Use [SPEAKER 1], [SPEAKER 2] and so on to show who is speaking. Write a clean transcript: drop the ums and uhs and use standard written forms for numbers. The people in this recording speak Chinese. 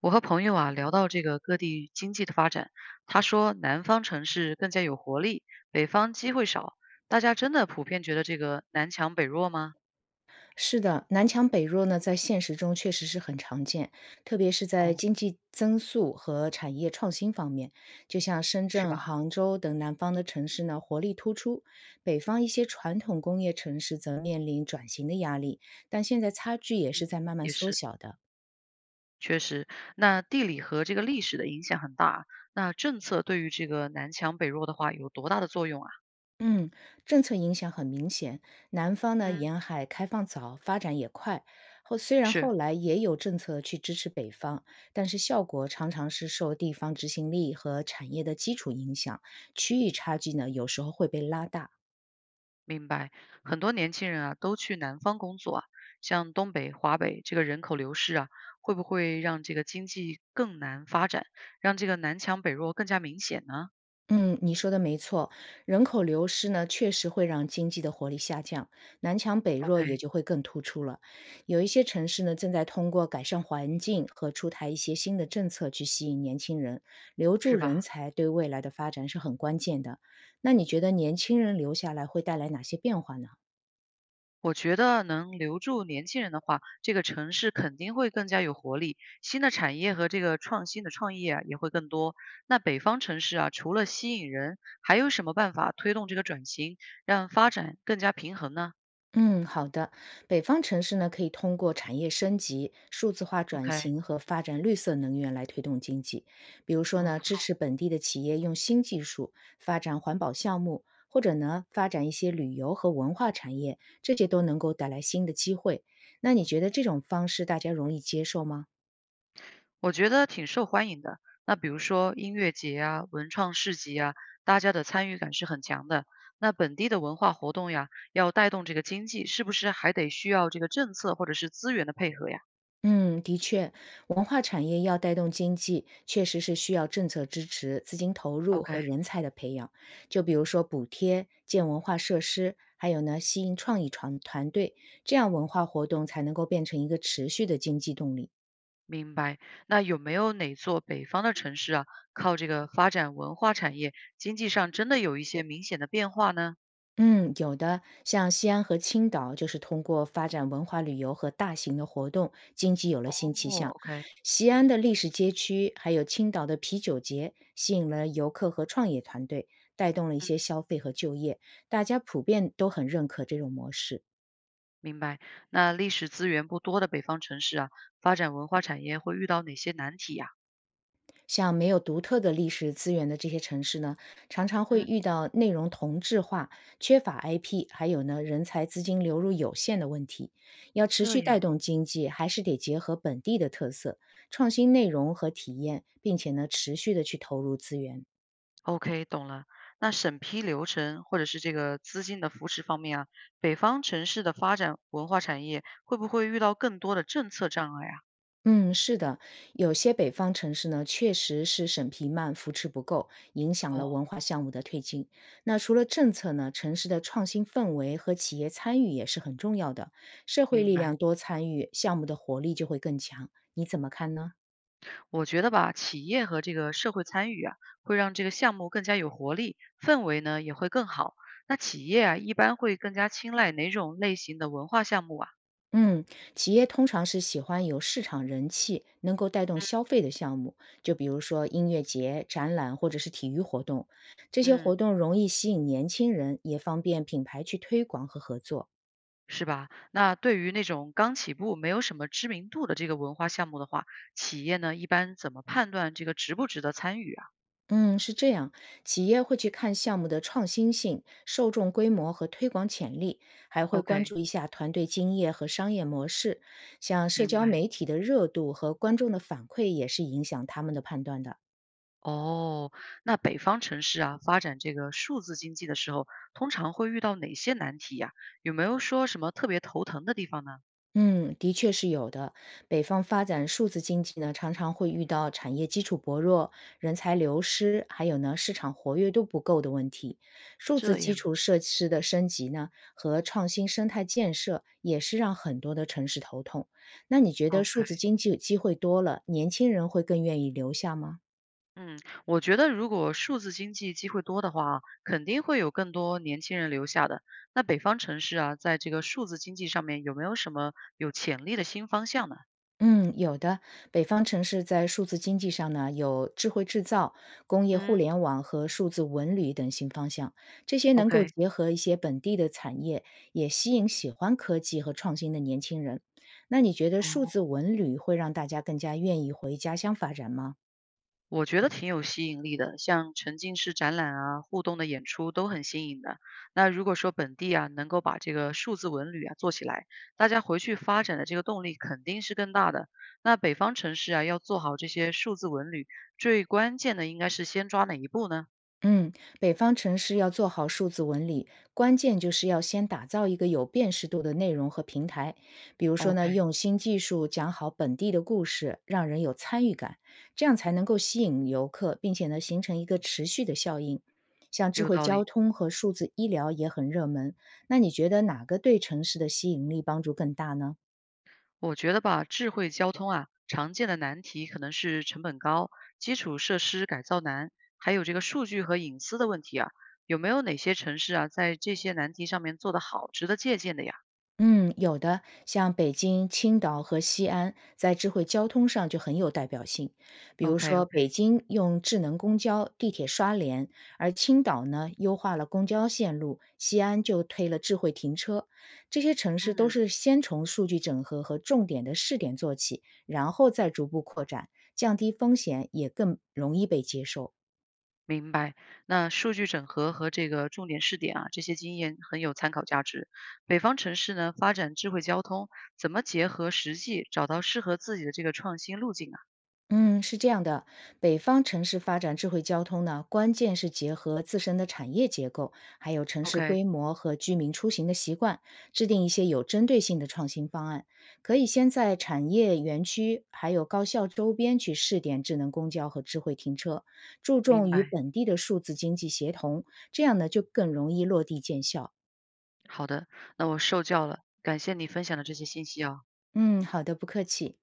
[SPEAKER 1] 我和朋友啊聊到这个各地经济的发展，他说南方城市更加有活力，北方机会少。大家真的普遍觉得这个南强北弱吗？
[SPEAKER 2] 是的，南强北弱呢，在现实中确实是很常见，特别是在
[SPEAKER 1] 哦，
[SPEAKER 2] 经济增速和产业创新方面。就像深
[SPEAKER 1] 是
[SPEAKER 2] 圳、
[SPEAKER 1] 吧？
[SPEAKER 2] 杭州等南方的城市呢，活力突出；北方一些传统工业城市则面临转型的压力，但现在差距也是在
[SPEAKER 1] 嗯，
[SPEAKER 2] 慢慢
[SPEAKER 1] 也
[SPEAKER 2] 缩
[SPEAKER 1] 是，
[SPEAKER 2] 小的。
[SPEAKER 1] 确实。那地理和这个历史的影响很大，那政策对于这个南强北弱的话有多大的作用啊？
[SPEAKER 2] 嗯，政策影响很明显。南方呢，
[SPEAKER 1] 嗯，
[SPEAKER 2] 沿海开放早，发展也快。后虽然后
[SPEAKER 1] 是。
[SPEAKER 2] 来也有政策去支持北方，但是效果常常是受地方执行力和产业的基础影响，区域差距呢有时候会被拉大。
[SPEAKER 1] 明白，很多年轻人啊都去南方工作啊，像东北、华北这个人口流失啊，会不会让这个经济更难发展，让这个南强北弱更加明显呢
[SPEAKER 2] 嗯，你说的没错，人口流失呢，确实会让经济的活力下降，南强北弱
[SPEAKER 1] ？OK，
[SPEAKER 2] 也就会更突出了。有一些城市呢，正在通过改善环境和出台一些新的政策去吸引年轻人，留住
[SPEAKER 1] 是
[SPEAKER 2] 人
[SPEAKER 1] 吧？
[SPEAKER 2] 才对未来的发展是很关键的。那你觉得年轻人留下来会带来哪些变化呢？
[SPEAKER 1] 我觉得能留住年轻人的话，这个城市肯定会更加有活力，新的产业和这个创新的创业啊也会更多。那北方城市啊，除了吸引人，还有什么办法推动这个转型，让发展更加平衡呢
[SPEAKER 2] 嗯，好的。北方城市呢，可以通过产业升级、数字化转
[SPEAKER 1] ？OK，
[SPEAKER 2] 型和发展绿色能源来推动经济。比如说
[SPEAKER 1] 嗯，
[SPEAKER 2] 呢，
[SPEAKER 1] 不
[SPEAKER 2] 支
[SPEAKER 1] 错。
[SPEAKER 2] 持本地的企业用新技术发展环保项目，或者呢，发展一些旅游和文化产业，这些都能够带来新的机会。那你觉得这种方式大家容易接受吗？
[SPEAKER 1] 我觉得挺受欢迎的。那比如说音乐节啊、文创市集啊，大家的参与感是很强的。那本地的文化活动呀，要带动这个经济，是不是还得需要这个政策或者是资源的配合呀
[SPEAKER 2] 嗯，的确，文化产业要带动经济，确实是需要政策支持、资金投入和
[SPEAKER 1] ？OK，
[SPEAKER 2] 人才的培养。就比如说补贴、建文化设施，还有呢，吸引创意团队，这样文化活动才能够变成一个持续的经济动力。
[SPEAKER 1] 明白。那有没有哪座北方的城市啊，靠这个发展文化产业，经济上真的有一些明显的变化呢？
[SPEAKER 2] 嗯，有的，像西安和青岛，就是通过发展文化旅游和大型的活动，经济有了
[SPEAKER 1] 哦
[SPEAKER 2] 新气象。
[SPEAKER 1] ，OK，
[SPEAKER 2] 西安的历史街区，还有青岛的啤酒节，吸引了游客和创业团队，带动了一
[SPEAKER 1] 嗯，
[SPEAKER 2] 些消费和就业，大家普遍都很认可这种模式。
[SPEAKER 1] 明白。那历史资源不多的北方城市啊，发展文化产业会遇到哪些难题呀？
[SPEAKER 2] 像没有独特的历史资源的这些城市呢，常常会
[SPEAKER 1] 嗯，
[SPEAKER 2] 遇到内容同质化、缺乏 IP，还有呢人才资金流入有限的问题。要持
[SPEAKER 1] 这
[SPEAKER 2] 续带
[SPEAKER 1] 样。
[SPEAKER 2] 动经济，还是得结合本地的特色，创新内容和体验，并且呢持续的去投入资源。
[SPEAKER 1] OK，懂了。那审批流程或者是这个资金的扶持方面啊，北方城市的发展文化产业会不会遇到更多的政策障碍啊？
[SPEAKER 2] 嗯，是的，有些北方城市呢，确实是审批慢、扶持不够，影响了
[SPEAKER 1] 哦，
[SPEAKER 2] 文化项目的推进。那除了政策呢，城市的创新氛围和企业参与也是很重要的。社会
[SPEAKER 1] 明
[SPEAKER 2] 力量
[SPEAKER 1] 白。
[SPEAKER 2] 多参与，项目的活力就会更强。你怎么看呢？
[SPEAKER 1] 我觉得吧，企业和这个社会参与啊，会让这个项目更加有活力，氛围呢也会更好。那企业啊，一般会更加青睐哪种类型的文化项目啊？
[SPEAKER 2] 嗯，企业通常是喜欢有市场人气、能够带动消费的项目，就比如说音乐节、展览或者是体育活动。这些活
[SPEAKER 1] 嗯，
[SPEAKER 2] 动容易吸引年轻人，也方便品牌去推广和合作。
[SPEAKER 1] 是吧？那对于那种刚起步、没有什么知名度的这个文化项目的话，企业呢一般怎么判断这个值不值得参与啊？
[SPEAKER 2] 嗯，是这样，企业会去看项目的创新性、受众规模和推广潜力，还会关注
[SPEAKER 1] OK，
[SPEAKER 2] 一下团队经验和商业模式，像社
[SPEAKER 1] 明
[SPEAKER 2] 交
[SPEAKER 1] 白。
[SPEAKER 2] 媒体的热度和观众的反馈也是影响他们的判断的。
[SPEAKER 1] 哦，那北方城市啊，发展这个数字经济的时候，通常会遇到哪些难题呀？有没有说什么特别头疼的地方呢？
[SPEAKER 2] 嗯，的确是有的。北方发展数字经济呢，常常会遇到产业基础薄弱、人才流失，还有呢市场活跃度不够的问题。数字
[SPEAKER 1] 这
[SPEAKER 2] 基
[SPEAKER 1] 样
[SPEAKER 2] 础设施的升级呢，和创新生态建设也是让很多的城市头痛。那你觉得数
[SPEAKER 1] ，OK，
[SPEAKER 2] 字经济机会多了，年轻人会更愿意留下吗？
[SPEAKER 1] 嗯，我觉得如果数字经济机会多的话啊肯定会有更多年轻人留下的。那北方城市啊，在这个数字经济上面有没有什么有潜力的新方向呢？
[SPEAKER 2] 嗯，有的。北方城市在数字经济上呢，有智慧制造、工业互
[SPEAKER 1] 嗯
[SPEAKER 2] 联网和数字文旅等新方向，这些能够
[SPEAKER 1] ，OK，
[SPEAKER 2] 结合一些本地的产业，也吸引喜欢科技和创新的年轻人。那你觉得数字
[SPEAKER 1] 哦。
[SPEAKER 2] 文旅会让大家更加愿意回家乡发展吗？
[SPEAKER 1] 我觉得挺有吸引力的，像沉浸式展览啊、互动的演出都很新颖的。那如果说本地啊能够把这个数字文旅啊做起来，大家回去发展的这个动力肯定是更大的。那北方城市啊要做好这些数字文旅，最关键的应该是先抓哪一步呢
[SPEAKER 2] 嗯，北方城市要做好数字文旅，关键就是要先打造一个有辨识度的内容和平台。比如说呢，
[SPEAKER 1] ？OK，
[SPEAKER 2] 用新技术讲好本地的故事，让人有参与感，这样才能够吸引游客，并且呢，形成一个持续的效应。像智
[SPEAKER 1] 有
[SPEAKER 2] 慧
[SPEAKER 1] 道
[SPEAKER 2] 交
[SPEAKER 1] 理。
[SPEAKER 2] 通和数字医疗也很热门，那你觉得哪个对城市的吸引力帮助更大呢？
[SPEAKER 1] 我觉得吧，智慧交通啊，常见的难题可能是成本高、基础设施改造难，还有这个数据和隐私的问题啊。有没有哪些城市啊，在这些难题上面做得好，值得借鉴的呀
[SPEAKER 2] 嗯，有的，像北京、青岛和西安，在智慧交通上就很有代表性。比如
[SPEAKER 1] ？OK
[SPEAKER 2] 说，北
[SPEAKER 1] OK，
[SPEAKER 2] 京用智能公交、地铁刷脸，而青岛呢，优化了公交线路，西安就推了智慧停车。这些城市都
[SPEAKER 1] 嗯，
[SPEAKER 2] 是先从数据整合和重点的试点做起，然后再逐步扩展，降低风险，也更容易被接受。
[SPEAKER 1] 明白。那数据整合和这个重点试点啊，这些经验很有参考价值。北方城市呢，发展智慧交通，怎么结合实际，找到适合自己的这个创新路径啊
[SPEAKER 2] 嗯，是这样的，北方城市发展智慧交通呢，关键是结合自身的产业结构，还有城市
[SPEAKER 1] ？OK，
[SPEAKER 2] 规模和居民出行的习惯，制定一些有针对性的创新方案。可以先在产业园区还有高校周边去试点智能公交和智慧停车，注
[SPEAKER 1] 明
[SPEAKER 2] 重与
[SPEAKER 1] 白。
[SPEAKER 2] 本地的数字经济协同，这样呢就更容易落地见效。
[SPEAKER 1] 好的，那我受教了，感谢你分享的这些信息哦。
[SPEAKER 2] 嗯，好的，不客气。